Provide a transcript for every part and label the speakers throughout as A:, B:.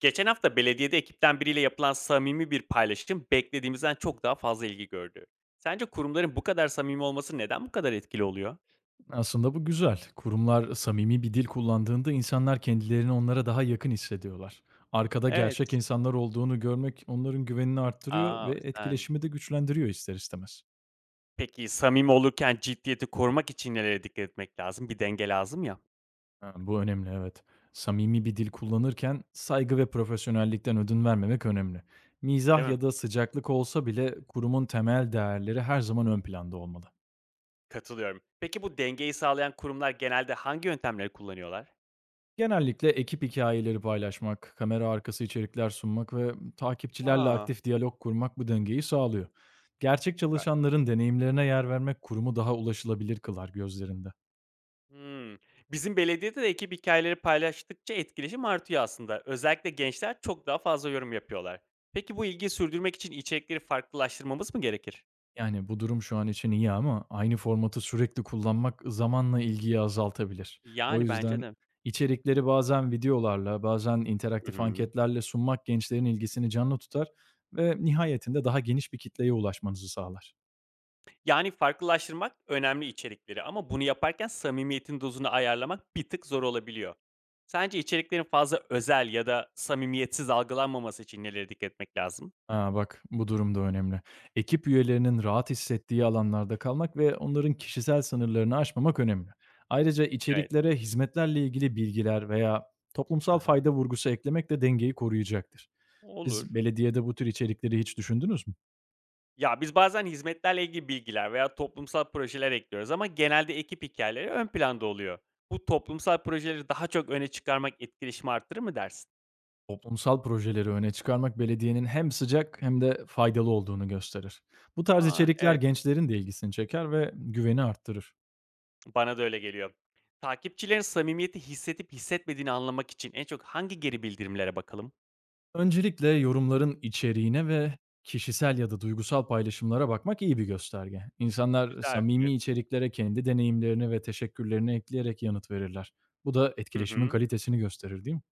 A: Geçen hafta belediyede ekipten biriyle yapılan samimi bir paylaşım beklediğimizden çok daha fazla ilgi gördü. Sence kurumların bu kadar samimi olması neden bu kadar etkili oluyor?
B: Aslında bu güzel. Kurumlar samimi bir dil kullandığında insanlar kendilerini onlara daha yakın hissediyorlar. Arkada gerçek
A: Evet.
B: insanlar olduğunu görmek onların güvenini arttırıyor ve
A: O yüzden.
B: etkileşimi de güçlendiriyor ister istemez.
A: Peki samimi olurken ciddiyeti korumak için nelere dikkat etmek lazım? Bir denge lazım ya,
B: Ha, bu önemli, evet. Samimi bir dil kullanırken saygı ve profesyonellikten ödün vermemek önemli.
A: değil
B: Mizah
A: mi?
B: ya da sıcaklık olsa bile kurumun temel değerleri her zaman ön planda olmalı.
A: Katılıyorum. Peki bu dengeyi sağlayan kurumlar genelde hangi yöntemleri kullanıyorlar?
B: Genellikle ekip hikayeleri paylaşmak, kamera arkası içerikler sunmak ve takipçilerle
A: Aa,
B: aktif diyalog kurmak bu dengeyi sağlıyor. Gerçek
A: süper.
B: çalışanların deneyimlerine yer vermek kurumu daha ulaşılabilir kılar gözlerinde.
A: Hımm. Bizim belediyede de ekip hikâyeleri paylaştıkça etkileşim artıyor aslında. Özellikle gençler çok daha fazla yorum yapıyorlar. Peki bu ilgiyi sürdürmek için içerikleri farklılaştırmamız mı gerekir?
B: Yani bu durum şu an için iyi ama aynı formatı sürekli kullanmak zamanla ilgiyi azaltabilir. O
A: Yani bence
B: yüzden
A: de.
B: içerikleri bazen videolarla, bazen
A: Hı
B: interaktif
A: hı.
B: anketlerle sunmak gençlerin ilgisini canlı tutar ve nihayetinde daha geniş bir kitleye ulaşmanızı sağlar.
A: Yani farklılaştırmak önemli içerikleri, ama bunu yaparken samimiyetin dozunu ayarlamak bir tık zor olabiliyor. Sence içeriklerin fazla özel ya da samimiyetsiz algılanmaması için nelere dikkat etmek lazım?
B: Ha, bak, bu durum da önemli. Ekip üyelerinin rahat hissettiği alanlarda kalmak ve onların kişisel sınırlarını aşmamak önemli. Ayrıca
A: Evet.
B: içeriklere hizmetlerle ilgili bilgiler veya toplumsal
A: Aha.
B: fayda vurgusu eklemek de dengeyi koruyacaktır.
A: Olur.
B: Siz belediyede bu tür içerikleri hiç düşündünüz mü?
A: Ya, biz bazen hizmetlerle ilgili bilgiler veya toplumsal projeler ekliyoruz ama genelde ekip hikayeleri ön planda oluyor. Bu toplumsal projeleri daha çok öne çıkarmak etkileşimi arttırır mı dersin?
B: Toplumsal projeleri öne çıkarmak belediyenin hem sıcak hem de faydalı olduğunu gösterir. Bu tarz
A: A,
B: içerikler
A: evet.
B: gençlerin de ilgisini çeker ve güveni arttırır.
A: Bana da öyle geliyor. Takipçilerin samimiyeti hissedip hissetmediğini anlamak için en çok hangi geri bildirimlere bakalım?
B: Öncelikle yorumların içeriğine ve kişisel ya da duygusal paylaşımlara bakmak iyi bir gösterge. İnsanlar
A: Güzel fikir.
B: samimi içeriklere kendi deneyimlerini ve teşekkürlerini ekleyerek yanıt verirler. Bu da
A: Hı
B: etkileşimin
A: hı.
B: kalitesini gösterir, değil mi?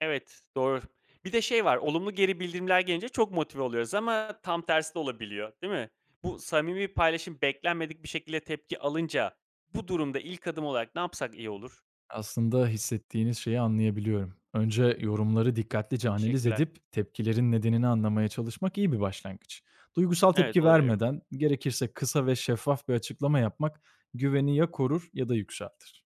A: Evet, doğru. Bir de şey var, olumlu geri bildirimler gelince çok motive oluyoruz ama tam tersi de olabiliyor, değil mi? Bu samimi bir paylaşım beklenmedik bir şekilde tepki alınca bu durumda ilk adım olarak ne yapsak iyi olur?
B: Aslında hissettiğiniz şeyi anlayabiliyorum. Önce yorumları dikkatlice analiz
A: Teşekkürler.
B: edip tepkilerin nedenini anlamaya çalışmak iyi bir başlangıç. Duygusal
A: Evet,
B: tepki
A: olabilirim.
B: vermeden gerekirse kısa ve şeffaf bir açıklama yapmak güveni ya korur ya da yükseltir.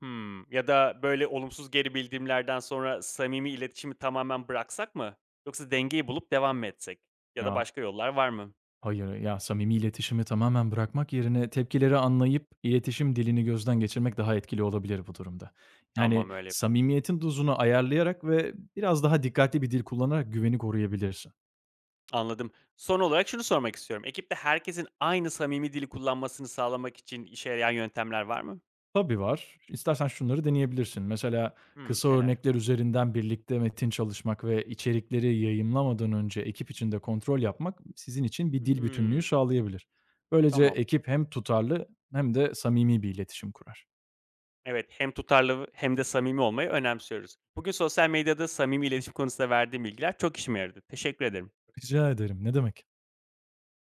A: Hımm. Ya da böyle olumsuz geri bildirimlerden sonra samimi iletişimi tamamen bıraksak mı? Yoksa dengeyi bulup devam mı etsek? Ya da
B: Ya,
A: başka yollar var mı?
B: hayır, ya, samimi iletişimi tamamen bırakmak yerine tepkileri anlayıp iletişim dilini gözden geçirmek daha etkili olabilir bu durumda. Yani,
A: Tamam, öyle.
B: samimiyetin dozunu ayarlayarak ve biraz daha dikkatli bir dil kullanarak güveni koruyabilirsin.
A: Anladım. Son olarak şunu sormak istiyorum. Ekipte herkesin aynı samimi dili kullanmasını sağlamak için işe yarayan yöntemler var mı?
B: Tabii var. İstersen şunları deneyebilirsin. Mesela
A: Hımm,
B: kısa
A: neler?
B: örnekler üzerinden birlikte metin çalışmak ve içerikleri yayımlamadan önce ekip içinde kontrol yapmak sizin için bir dil bütünlüğü
A: Hımm,
B: sağlayabilir. Böylece
A: tamam.
B: ekip hem tutarlı hem de samimi bir iletişim kurar.
A: Evet, hem tutarlı hem de samimi olmayı önemsiyoruz. Bugün sosyal medyada samimi iletişim konusunda verdiğim bilgiler çok işime yaradı. Teşekkür ederim.
B: Rica ederim, ne demek.